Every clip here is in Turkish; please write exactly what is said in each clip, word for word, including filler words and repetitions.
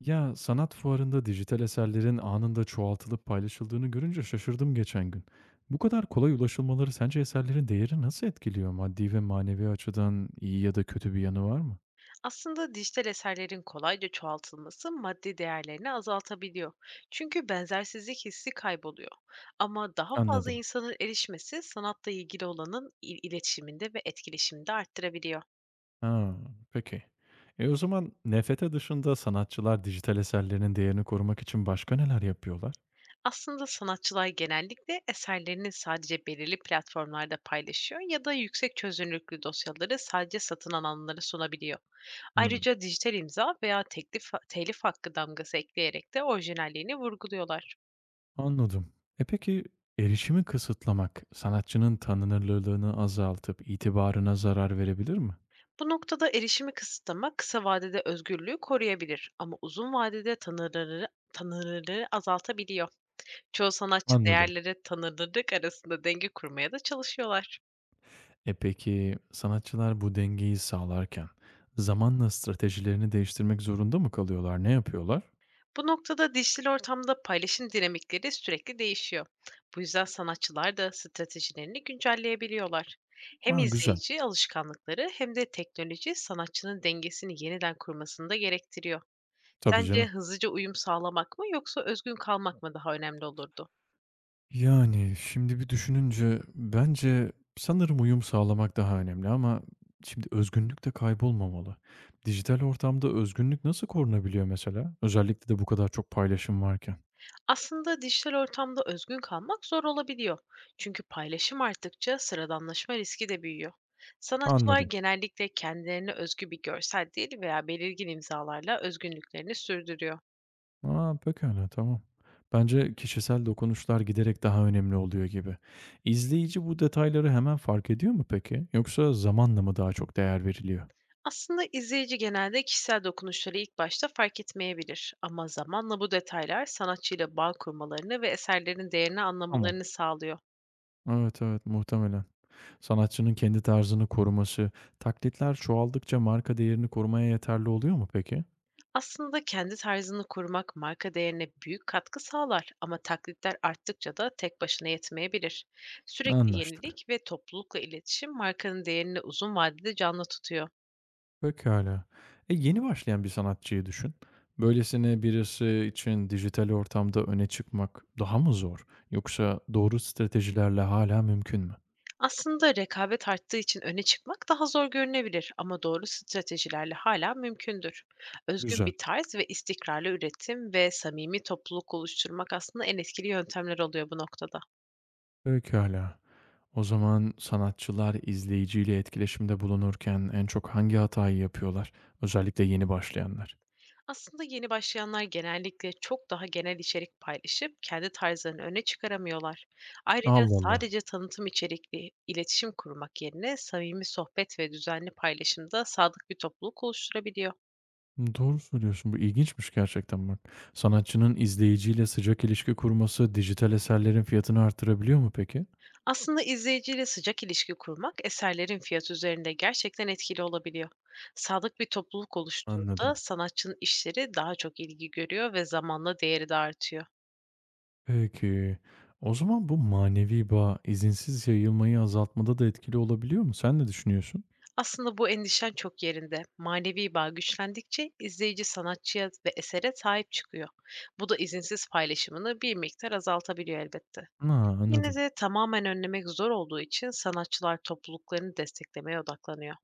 Ya sanat fuarında dijital eserlerin anında çoğaltılıp paylaşıldığını görünce şaşırdım geçen gün. Bu kadar kolay ulaşılmaları sence eserlerin değeri nasıl etkiliyor? Maddi ve manevi açıdan iyi ya da kötü bir yanı var mı? Aslında dijital eserlerin kolayca çoğaltılması maddi değerlerini azaltabiliyor. Çünkü benzersizlik hissi kayboluyor. Ama daha fazla Anladım. insanın erişmesi sanatla ilgili olanın il- iletişiminde ve etkileşiminde arttırabiliyor. Ha, peki. E o zaman N F T dışında sanatçılar dijital eserlerinin değerini korumak için başka neler yapıyorlar? Aslında sanatçılar genellikle eserlerini sadece belirli platformlarda paylaşıyor ya da yüksek çözünürlüklü dosyaları sadece satın alanlara sunabiliyor. Hmm, Ayrıca dijital imza veya teklif, telif hakkı damgası ekleyerek de orijinalliğini vurguluyorlar. anladım. E peki erişimi kısıtlamak sanatçının tanınırlığını azaltıp itibarına zarar verebilir mi? Bu noktada erişimi kısıtlamak kısa vadede özgürlüğü koruyabilir, ama uzun vadede tanırları tanırları azaltabiliyor. Çoğu sanatçı Anladım. değerleri tanırlık arasında denge kurmaya da çalışıyorlar. E peki, sanatçılar bu dengeyi sağlarken zamanla stratejilerini değiştirmek zorunda mı kalıyorlar? Ne yapıyorlar? Bu noktada dijital ortamda paylaşım dinamikleri sürekli değişiyor. Bu yüzden sanatçılar da stratejilerini güncelleyebiliyorlar. Hem Ha, güzel. izleyici alışkanlıkları hem de teknoloji sanatçının dengesini yeniden kurmasını da gerektiriyor. Tabii Sence canım. hızlıca uyum sağlamak mı yoksa özgün kalmak mı daha önemli olurdu? Yani şimdi bir düşününce bence sanırım uyum sağlamak daha önemli ama şimdi özgünlük de kaybolmamalı. Dijital ortamda özgünlük nasıl korunabiliyor mesela? Özellikle de bu kadar çok paylaşım varken. Aslında dijital ortamda özgün kalmak zor olabiliyor. Çünkü paylaşım arttıkça sıradanlaşma riski de büyüyor. Sanatçılar Anladım. genellikle kendilerine özgü bir görsel dil veya belirgin imzalarla özgünlüklerini sürdürüyor. A, pekâlâ, tamam. Bence kişisel dokunuşlar giderek daha önemli oluyor gibi. İzleyici bu detayları hemen fark ediyor mu peki? Yoksa zamanla mı daha çok değer veriliyor? Aslında izleyici genelde kişisel dokunuşları ilk başta fark etmeyebilir, ama zamanla bu detaylar sanatçıyla bağ kurmalarını ve eserlerin değerini Tamam. anlamalarını sağlıyor. Evet, evet, muhtemelen. Sanatçının kendi tarzını koruması, taklitler çoğaldıkça marka değerini korumaya yeterli oluyor mu peki? Aslında kendi tarzını korumak marka değerine büyük katkı sağlar, ama taklitler arttıkça da tek başına yetmeyebilir. Sürekli Anlaştık. yenilik ve toplulukla iletişim markanın değerini uzun vadede canlı tutuyor. Pekâlâ. E, yeni başlayan bir sanatçıyı düşün. Böylesine birisi için dijital ortamda öne çıkmak daha mı zor? Yoksa doğru stratejilerle hala mümkün mü? Aslında rekabet arttığı için öne çıkmak daha zor görünebilir, ama doğru stratejilerle hala mümkündür. Özgün Güzel. bir tarz ve istikrarlı üretim ve samimi topluluk oluşturmak aslında en etkili yöntemler oluyor bu noktada. Pekâlâ. O zaman sanatçılar izleyiciyle etkileşimde bulunurken en çok hangi hatayı yapıyorlar? Özellikle yeni başlayanlar. Aslında yeni başlayanlar genellikle çok daha genel içerik paylaşıp kendi tarzlarını öne çıkaramıyorlar. Ayrıca Allah Allah. sadece tanıtım içerikli iletişim kurmak yerine samimi sohbet ve düzenli paylaşımda sadık bir topluluk oluşturabiliyor. Doğru söylüyorsun. Bu ilginçmiş gerçekten bak. Sanatçının izleyiciyle sıcak ilişki kurması dijital eserlerin fiyatını artırabiliyor mu peki? Aslında izleyiciyle sıcak ilişki kurmak eserlerin fiyatı üzerinde gerçekten etkili olabiliyor. Sadık bir topluluk oluştuğunda Anladım. sanatçının işleri daha çok ilgi görüyor ve zamanla değeri de artıyor. Peki. O zaman bu manevi bağ izinsiz yayılmayı azaltmada da etkili olabiliyor mu? Sen ne düşünüyorsun? Aslında bu endişen çok yerinde. Manevi bağ güçlendikçe izleyici sanatçıya ve esere sahip çıkıyor. Bu da izinsiz paylaşımını bir miktar azaltabiliyor elbette. A, Yine anladım. de tamamen önlemek zor olduğu için sanatçılar topluluklarını desteklemeye odaklanıyor.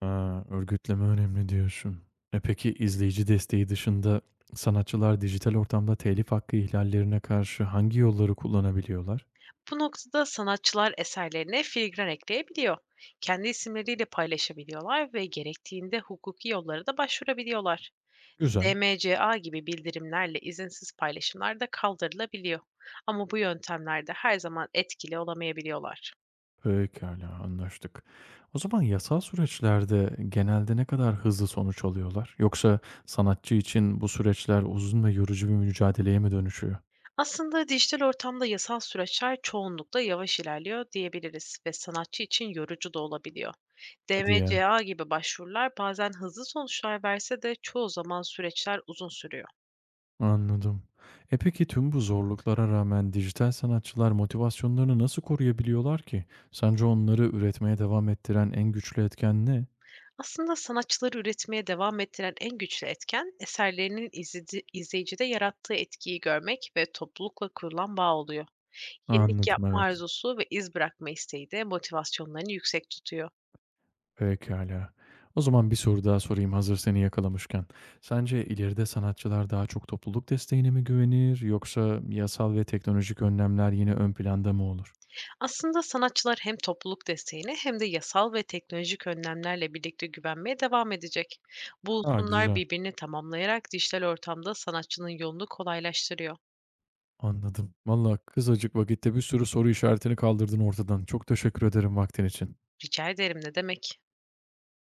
Ha, örgütleme önemli diyorsun. E peki izleyici desteği dışında sanatçılar dijital ortamda telif hakkı ihlallerine karşı hangi yolları kullanabiliyorlar? Bu noktada sanatçılar eserlerine filigran ekleyebiliyor. Kendi isimleriyle paylaşabiliyorlar ve gerektiğinde hukuki yollara da başvurabiliyorlar. Güzel. D M C A gibi bildirimlerle izinsiz paylaşımlar da kaldırılabiliyor. Ama bu yöntemlerde her zaman etkili olamayabiliyorlar. Pekala, anlaştık. O zaman yasal süreçlerde genelde ne kadar hızlı sonuç alıyorlar? Yoksa sanatçı için bu süreçler uzun ve yorucu bir mücadeleye mi dönüşüyor? Aslında dijital ortamda yasal süreçler çoğunlukla yavaş ilerliyor diyebiliriz, ve sanatçı için yorucu da olabiliyor. Hadi ya. D M C A gibi başvurular bazen hızlı sonuçlar verse de çoğu zaman süreçler uzun sürüyor. Anladım. E peki tüm bu zorluklara rağmen dijital sanatçılar motivasyonlarını nasıl koruyabiliyorlar ki? Sence onları üretmeye devam ettiren en güçlü etken ne? Aslında sanatçıları üretmeye devam ettiren en güçlü etken eserlerinin izledi- izleyicide yarattığı etkiyi görmek ve toplulukla kurulan bağ oluyor. Yenilik Anladım, yapma evet. arzusu ve iz bırakma isteği de motivasyonlarını yüksek tutuyor. Pekala. O zaman bir soru daha sorayım hazır seni yakalamışken. Sence ileride sanatçılar daha çok topluluk desteğine mi güvenir yoksa yasal ve teknolojik önlemler yine ön planda mı olur? Aslında sanatçılar hem topluluk desteğine hem de yasal ve teknolojik önlemlerle birlikte güvenmeye devam edecek. Bu Ha, unsurlar güzel. birbirini tamamlayarak dijital ortamda sanatçının yolunu kolaylaştırıyor. Anladım. Valla kısacık vakitte bir sürü soru işaretini kaldırdın ortadan. Çok teşekkür ederim vaktin için. Rica ederim, ne demek?